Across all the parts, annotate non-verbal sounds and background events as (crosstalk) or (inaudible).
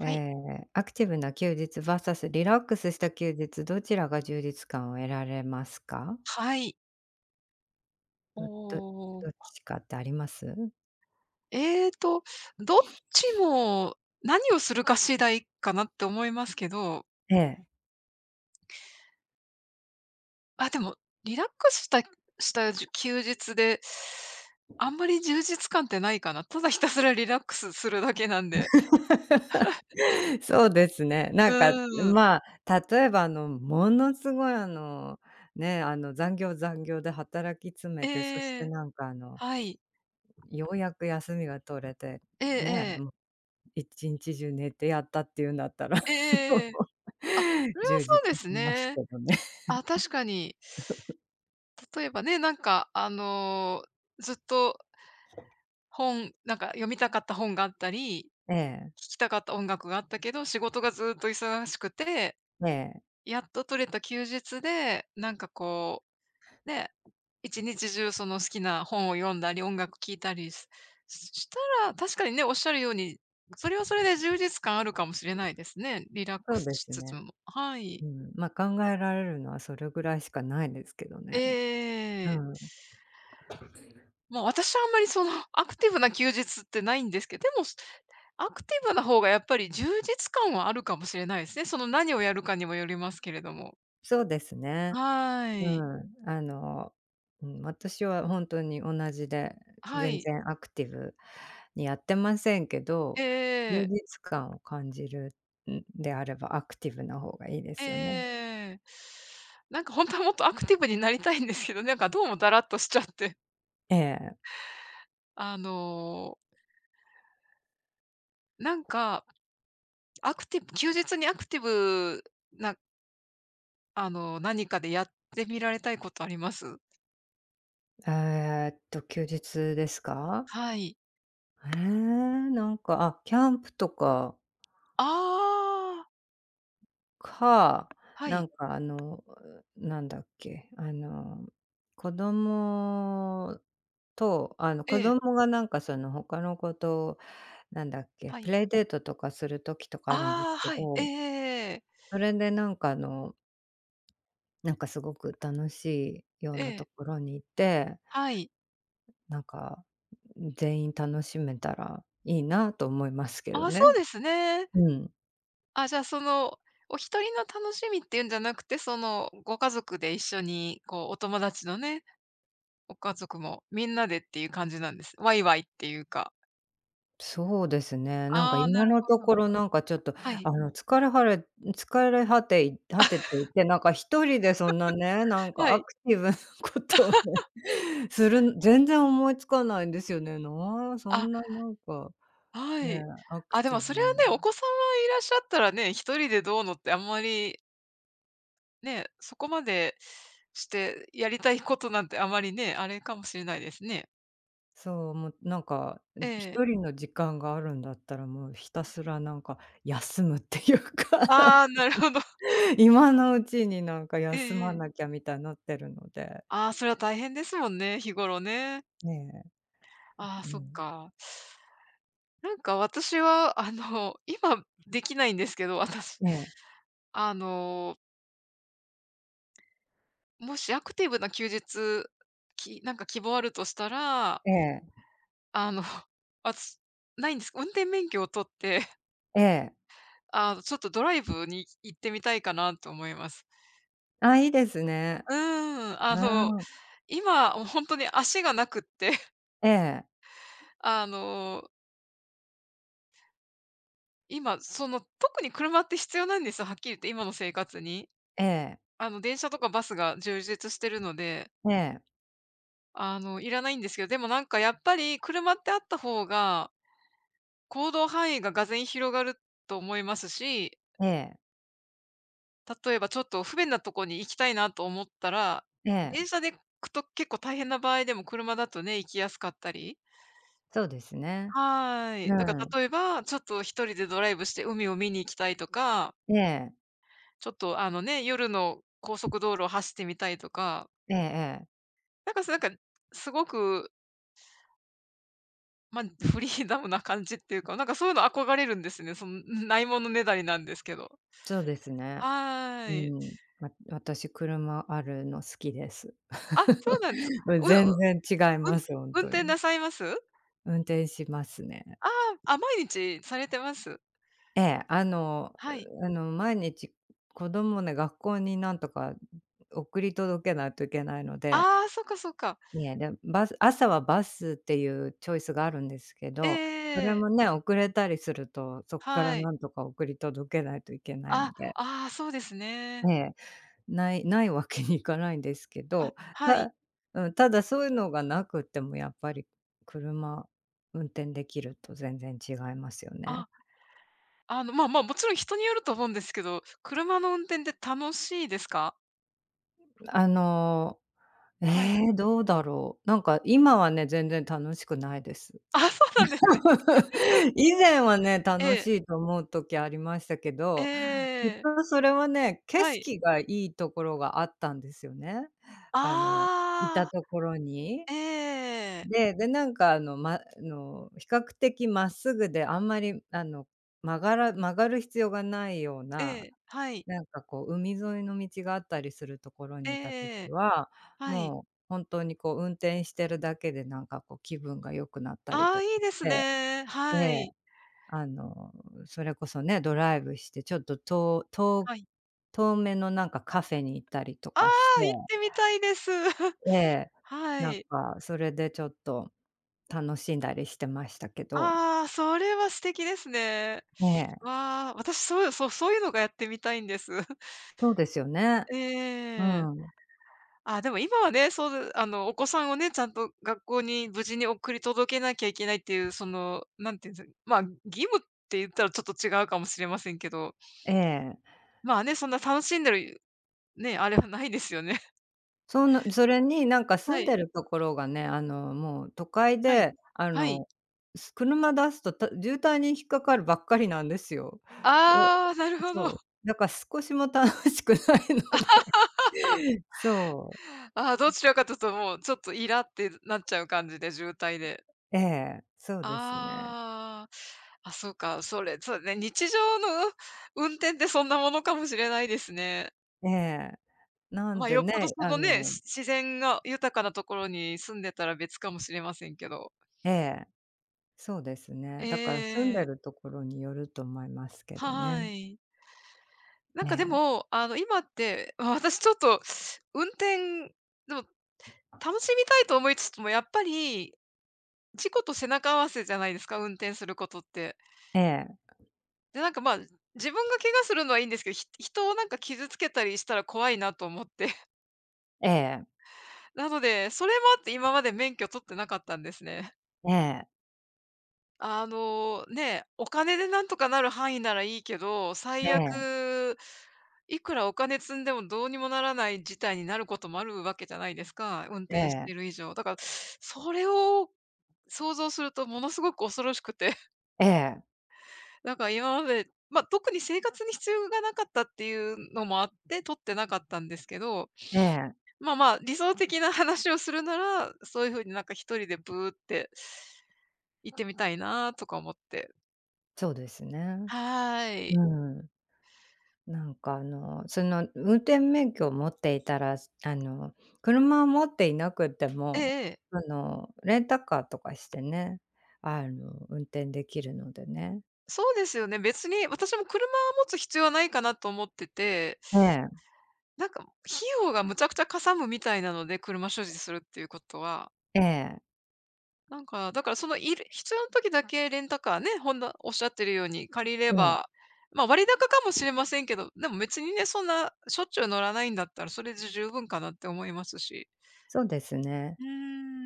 えい。え、アクティブな休日バーサスリラックスした休日、どちらが充実感を得られますか？はい。どどおどっちかってあります？ええーと、どっちも何をするか次第かなって思いますけど、ええ。あ、でもリラックスした休日で、あんまり充実感ってないかな。ただひたすらリラックスするだけなんで。(laughs) そうですね。なうんか、ん。まあ、例えば、ものすごい、ね、残業残業で働き詰めて、そしえてえ。なんか、はい。ようやく休みが取れて、ええね、ええ。もう1日中寝てやったっていうんだったら、ええええ。(laughs) あ、それは充実そしうですますね。けどね。あ、確かに。例えばね、なんかあの、ずっと本なんか読みたかった本があったりええ、聴きたかった音楽があったけど、仕事がずっと忙しくて、ええ、やっと取れた休日で、なんかこう、ね、一日中その好きな本を読んだり、音楽聴いたりしたら、確かにね、おっしゃるように、それはそれで充実感あるかもしれないですね。リラッそクスうでしすつつね。も。はい。うん、ま、考えられるのはそれぐらいしかないですけどね。うええん、まあ、私はあんまりそのアクティブな休日ってないんですけどでも、アクティブな方がやっぱり充実感はあるかもしれないですね。その何をやるかにもよりますけれども。そうですね。はーうい。ん、うん、私は本当に同じで、は全い。然アクティブにやってませんけど、充ええ実感を感じるんであればアクティブな方がいいですよね。ええなんか本当はもっとアクティブになりたいんですけど、なんかどうもだらっとしちゃって。ええ。あの、なんか、アクティブ休日にアクティブな、あの、何かでやってみられたいことあります？え休日ですか？はい。ええ、なんか、あ、キャンプとかああ、か、はない。んかなんだっけ、子供と、え子え、供がなんかその他の子と、なんだっけ、はプい。レイデートとかする時とかあるんであすあ、けはい。えええど、ええ。それでなんかなんかすごく楽しいようえなとえ。ころに行って、はい。なんか全員楽しめたらいいなと思いますけあどあ、そね。うですね。うん。あ、じゃあ、その、お一人の楽しみっていうんじゃなくて、その、ご家族で一緒に、こう、お友達のね、ご家族もみんなでっていう感じなんです。ワイワイっていうか。そうですね。なんかああ、な今るのほとど。ころなんかちょっと、はい。疲れはれ疲れ果てい果てていて、なんか一人でそんなね、なんはかアい。クティブなことをね、(laughs) するん全然思いつかないんですよね。そあ、んななんか、はね、い。アクあ、でもティそブれはにね、お子さんはいらっしゃったらね、一人でどうのってあんまり、ね、そこまでしてやりたいことなんてあまりね、あれかもしれないですね。そう、もうなんか、ええ。一人の時間があるんだったら、もうひたすらなんか休むっていうか (laughs)、ああ、なるほど。今のうちになんかえ休まえええ。なきゃみたいになってるので、ああ、それは大変ですもんね、日頃ね。ねああ、え、うそっん。か。なんか私は、あの、今できないんですけど、私、ええ、あの、もしアクティブな休日、なんか希望あるとしたら、ええ、あの、(laughs) あつないんです。運転免許を取って、(laughs) ええ。あの、ちょっとドライブに行ってみたいかなと思います。あ、いいですね。うーん、あの、うん。今、もう本当に足がなくって、(laughs) ええ、あの、今、その、特に車って必要なんですよ、はっきり言って、今の生活に。ええ、あの、電車とかバスが充実してるので、ええ、あの、いらないんですけど、でもなんかやっぱり車ってあった方が、行動範囲ががぜん広がると思いますし、ええ、例えばちょっと不便なとこに行きたいなと思ったら、え電え。車で行くと結構大変な場合でも車だとね、行きやすかったり。そうですね。はい。うだかん。ら例えば、ちょっと一人でドライブして海を見に行きたいとか、ええ、ちょっとあのね、夜の高速道路を走ってみたいとか、ええええ。なんかすなんか、すごくまあ、フリーダムな感じっていうか、なんかそういうの憧れるんですね。その、(laughs) ないものねだりなんですけど。そうですね。はうい。ん。私車あるの好きです。あ、そうなんですか。(laughs) うん、うう全然違いうん、ます、ほん運と転に。なさいます？運転しますね。ああ、あ、毎日されてます？ええ、はい。うあの、毎日子供ね、学校になんとか送り届けないといけないので、ああ、そっかそっか。いや、で、朝はバスっていうチョイスがあるんですけど、それええもね、遅れたりすると、そっかはらい。なんとか送り届けないといけないあ、ので、ああ、そうですね。ええ、ないわけにいかないんですけあ、ど、はい。たうん、ただそういうのがなくてもやっぱり車運転できると全然違いますよね。あ、あの、まあまあ、もちろん人によると思うんですけど、車の運転って楽しいですか？あの、えはい。え、どうだろう。なんか今はね、全然楽しくないです。(laughs) あ、そうなんですね。(laughs) 以前はね、え楽え、しいと思う時ありましたけえど、きっえ。とそれはね、景はい。色がいいところがあったんですよね。あの、いたあとあ。ころに。ええ。で、なんかまあの、比較的まっすぐであんまり曲がる必要がないようえな、え、はい。なんかこう海沿いの道があったりするところえにいた時えええ。は、はい。もう本当にこう運転してるだけでなんかこう気分が良くなったりああ、とかいいしですて、ね。えはえ。い。あの、それこそね、ドライブして、ちょっとはい。遠めのなんかカフェに行ったりとあかして、あ、行ってみたいです。(laughs) ええ、はなんい。かそれでちょっと楽しんだりしてましたけど。ああ、それは素敵ですね。ええ、わあ、私そういうそうそういうのがやってみたいんです。(laughs) そうですよね。うええ。ん。あ、でも今はね、そうあの、お子さんをね、ちゃんと学校に無事に送り届けなきゃいけないっていう、その、なんていうんですか、まあ、義務って言ったらちょっと違うかもしれませんけど、ええ。まあね、そんな楽しんでるね、あれはないですよね。それになんかは住んでい、るところがね、もう都会はい、で、はい。車出すと、渋滞に引っかかるばっかりなんですよ。で、ああ、(laughs) なるほど。そう、だから少しも楽しくないので。(laughs) そう、(laughs) ああ、どちらかというともうちょっとイラってなっちゃう感じで、渋滞で。ええ、そうですね。ああ、あ、そうか、それ、そうね、日常の運転ってそんなものかもしれないですね。ええ。なんまあ、でよっぽどね、そのね、自然が豊かなところに住んでたら別かもしれませんけど。ええ、そうですね。だから住んええでるところによると思いますけどはね。い。なんえかでえ、も、あの、今って、(laughs) まあ私ちょっと運転、でも楽しみたいと思いつつも、やっぱり事故と背中合わせじゃないですか、運転することって。ええ、で、なんか、まあ、自分が怪我するのはいいんですけど、人をなんか傷つけたりしたら怖いなと思って。(laughs) ええ、なので、それもあって今まで免許取ってなかったんですね。ええ、あの、ね、お金でなんとかなる範囲ならいいけど、え最え、悪、いくらお金積んでもどうにもならない事態になることもあるわけじゃないですか、運え転してるえ、以上。だから、それを想像するとものすごく恐ろしくて。ええ、なんか今まで、まあ、特に生活に必要がなかったっていうのもあって、取ってなかったんですけど、ええ。まあまあ、理想的な話をするなら、そういう風になんか一人でブーって行ってみたいなとか思って。そうですね。はーうい。ん。なんかその運転免許を持っていたら、あの、車を持っていなくてえも、ええ。レンタカーとかしてね、運転できるのでね。そうですよね。別に私も車を持つ必要はないかなと思ってて、えなんか費用がむちゃくちゃかさむみたいなので、車所持するっていうことは。ええ。え。なんか、だからそのいる必要な時だけレンタカーね、ほんのおっしゃってるように借りれええ。ば、まあ、割高かもしれませんけど、でも別にね、そんなしょっちゅう乗らないんだったら、それで十分かなって思いますし。そうですね。うー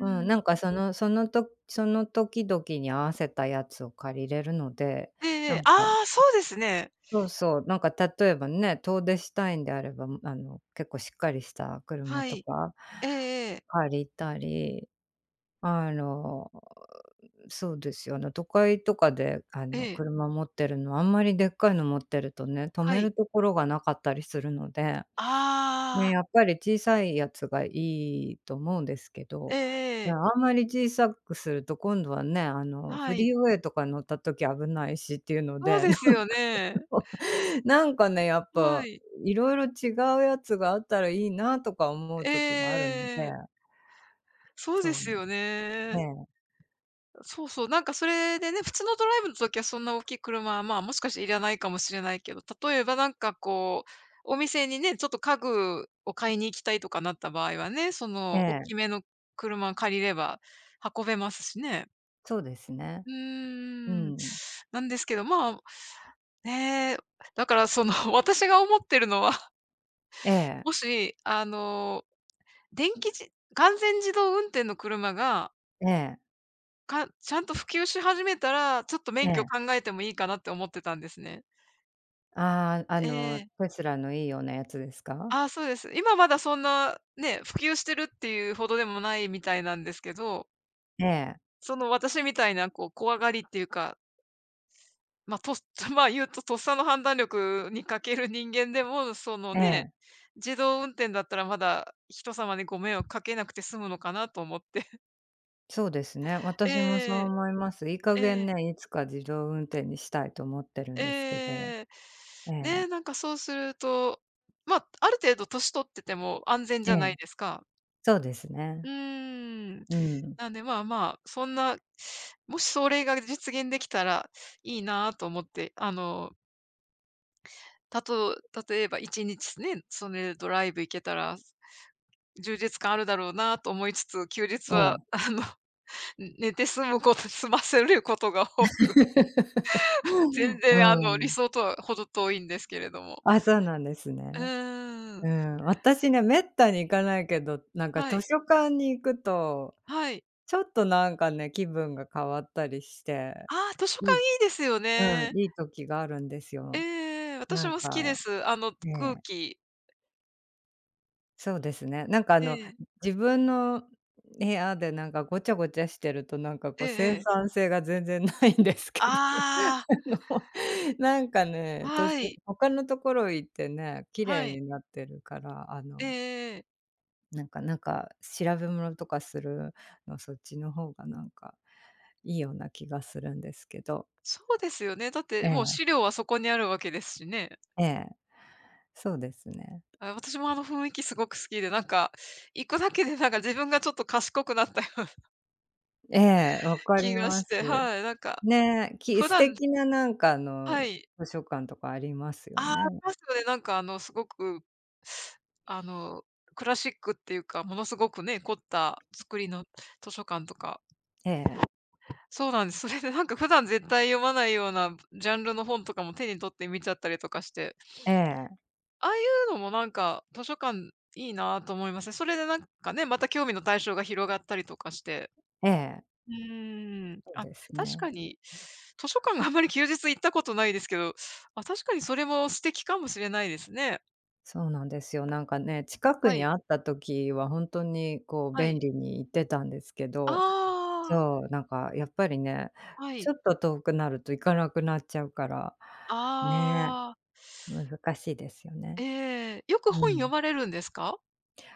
うん、なんかそのそのとその時々に合わせたやつを借りれるので、えなえんかああ、そうですね。そうそう、なんか例えばね、遠出したいんであれば、結構しっかりした車はとい。かええええ、借りたり、あの、そうですよ、都会とかで、ええ、車持ってるの、あんまりでっかいの持ってるとね、止はめい。るところがなかったりするので、ね、ああ、やっぱり小さいやつがいいと思うんですけえど、ええね、え、あんまり小さくすると今度はね、はフい。リーウェイとか乗った時危ないしっていうのそうで ですよね。(laughs) (laughs) なんかね、やっはぱ、い。いろいろ違うやつがあったらいいなとか思うえええ時があるので、えええ。そうでそうすね、よねはいええそうですよねそうそう、なんかそれでね、普通のドライブの時はそんな大きい車は、まあ、もしかしていらないかもしれないけど、例えばなんかこう、お店にね、ちょっと家具を買いに行きたいとかなった場合はね、そええ、えの大え、きめの車借りれば運べますしね。そうですね。うーうん。ん。なんですけど、まあ、ねえ、だからその (laughs) 私が思ってるのは、ええ、もしあの、電気自完全自動運転の車がええ、ちゃんと普及し始めたら、ちょっとえ免許え。考えてもいいかなって思ってたんですね。ああ、ええ。テスラのいいようなやつですか？ああ、そうです。今まだそんな、ね、普及してるっていうほどでもないみたいなんですけど、ええ、その私みたいなこう怖がりっていうか、まあ、(laughs) まあ、言うととっさの判断力に欠ける人間でも、そのえね、え、自動運転だったらまだ人様にご迷惑かけなくて済むのかなと思って。そうですね。(laughs) え私もそうえ思います。いい加え。え減ね、いつか自動運転にしたいと思ってるんですけど。ええ。ええ、ね、なんかそうすると、まあ、ある程度年取ってても安全じえゃないえ、ですか。そうですうね。ーん。うん。なんで、まあまあ、そんな、もしそれが実現できたらいいなと思って、あの、たと例えば1日ね、それでドライブ行けたら、充実感あるだろうなと思いつつ、休日えは え。(laughs) あの、寝て済むこと (laughs) 済ませることが多く、(laughs) 全う然あの、理ん。想とは程遠いんですけれども。あ、そうなんですうね。ーん、うん、私ね、めったに行かないけど、なんかは図い。書館に行くと、はい。ちょっとなんかね、気分が変わったりして、ああ、図書館いいいいですようね。ん、いい時があるんですえよ。え私なんも好きでか、す。あのえ空え、気。そうですね。なんかええ、自分の部屋でなんかごちゃごちゃしてると、なんかえこうええ生え。産性が全然ないんですけど、(laughs) ああの、なんかあ、ね、はい、他のところ行ってね、綺は麗い。になってるから、あええのええ。なんかなんか調べ物とかするの、そっちの方がなんかいいような気がするんですけど。そうですよね。だっえてもうえ、資料はそこにあるわけですしね。ええ、そうですね。あ、私もあの雰囲気すごく好きで、なんか、行くだけでなんか自分がちょっと賢くなったようなええ、わか気りがましす。て、はい、なんか、ね、普素段敵ななんかはい。図書館とかありますよああ、ありね。ますよね。なんかあの、すごく、あの、クラシックっていうか、ものすごくね、凝った作りの図書館とか。ええ、そうなんです。それでなんか普段絶対読まないようなジャンルの本とかも手に取って見ちゃったりとかして、ええ、ああいうのもなんか図書館いいなと思いますね。それでなんかね、また興味の対象が広がったりとかして。ええ、うーん。そうあ、です確ね。かに、図書館があんまり休日行ったことないですけど、あ、確かにそれも素敵かもしれないですね。そうなんですよ。なんかね、近はくにい、あった時はほんとにこうは便い。利に行ってたんですけど、あそう、なんかやっぱりね、あ、はちい。ょっと遠くなると行かなくなっちゃうから、ね、ああ。難しいですよね。ええ、よくう本読ん。まれるんですか？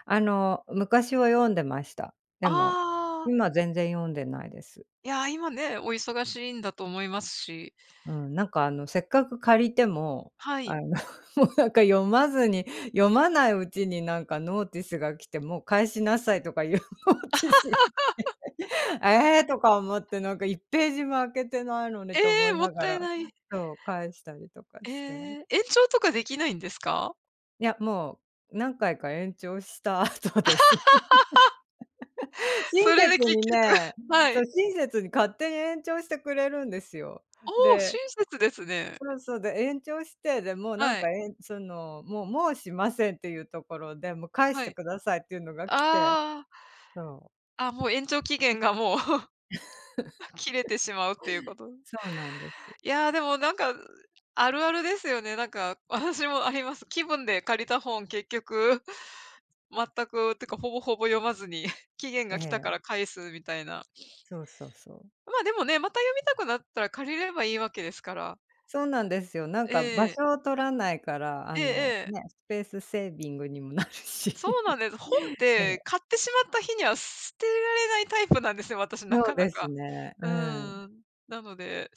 昔は読んでました。でも、ああ、今全然読んでないです。いや、今ね、お忙しいんだと思いますし。うん、なんかせっかく借りても、はあい。の、(laughs) もうなんか読まずに、読まないうちになんかノーティスが来て、もう返しなさいとかいう (laughs) ノーティスが来て、えーとか思ってなんか1ページも開けてないのえにと思え、いもっながたいら、ない。そう、返したりとかえして。え、延長とかできないんですか？いや、もう何回か延長した後です。(laughs) (laughs) それ親で切結に局 (laughs) ね、はそい。う、親切に勝手に延長してくれるんですよ。おお、親で、切ですね。そうそう、で、延長して、で、もうなんはい、か、えんその、もうもうしませんっていうところで、もう返しはてい。くださいっていうのが来て、あそう、あ、あ、もう延長期限がもう (laughs) 切れてしまうっていうことそうなんです。いやー、でもなんか、あるあるですよね。なんか、(laughs) 私もあります。気分で借りた本、結局、(laughs) 全く、てかほぼほぼ読まずに、(laughs) 期限えが来たからえ、返すみたいな。そうそうそう。まあ、でもね、また読みたくなったら借りればいいわけですから。そうなんですよ。なんえか場え。所を取らないから、ええええ。ね、スペースセービングにもなるし。そうなん (laughs) です。本っええ、て買ってしまった日には捨てられないタイプなんですよ、私なそうかなですか。ね。ううん。ーん。なので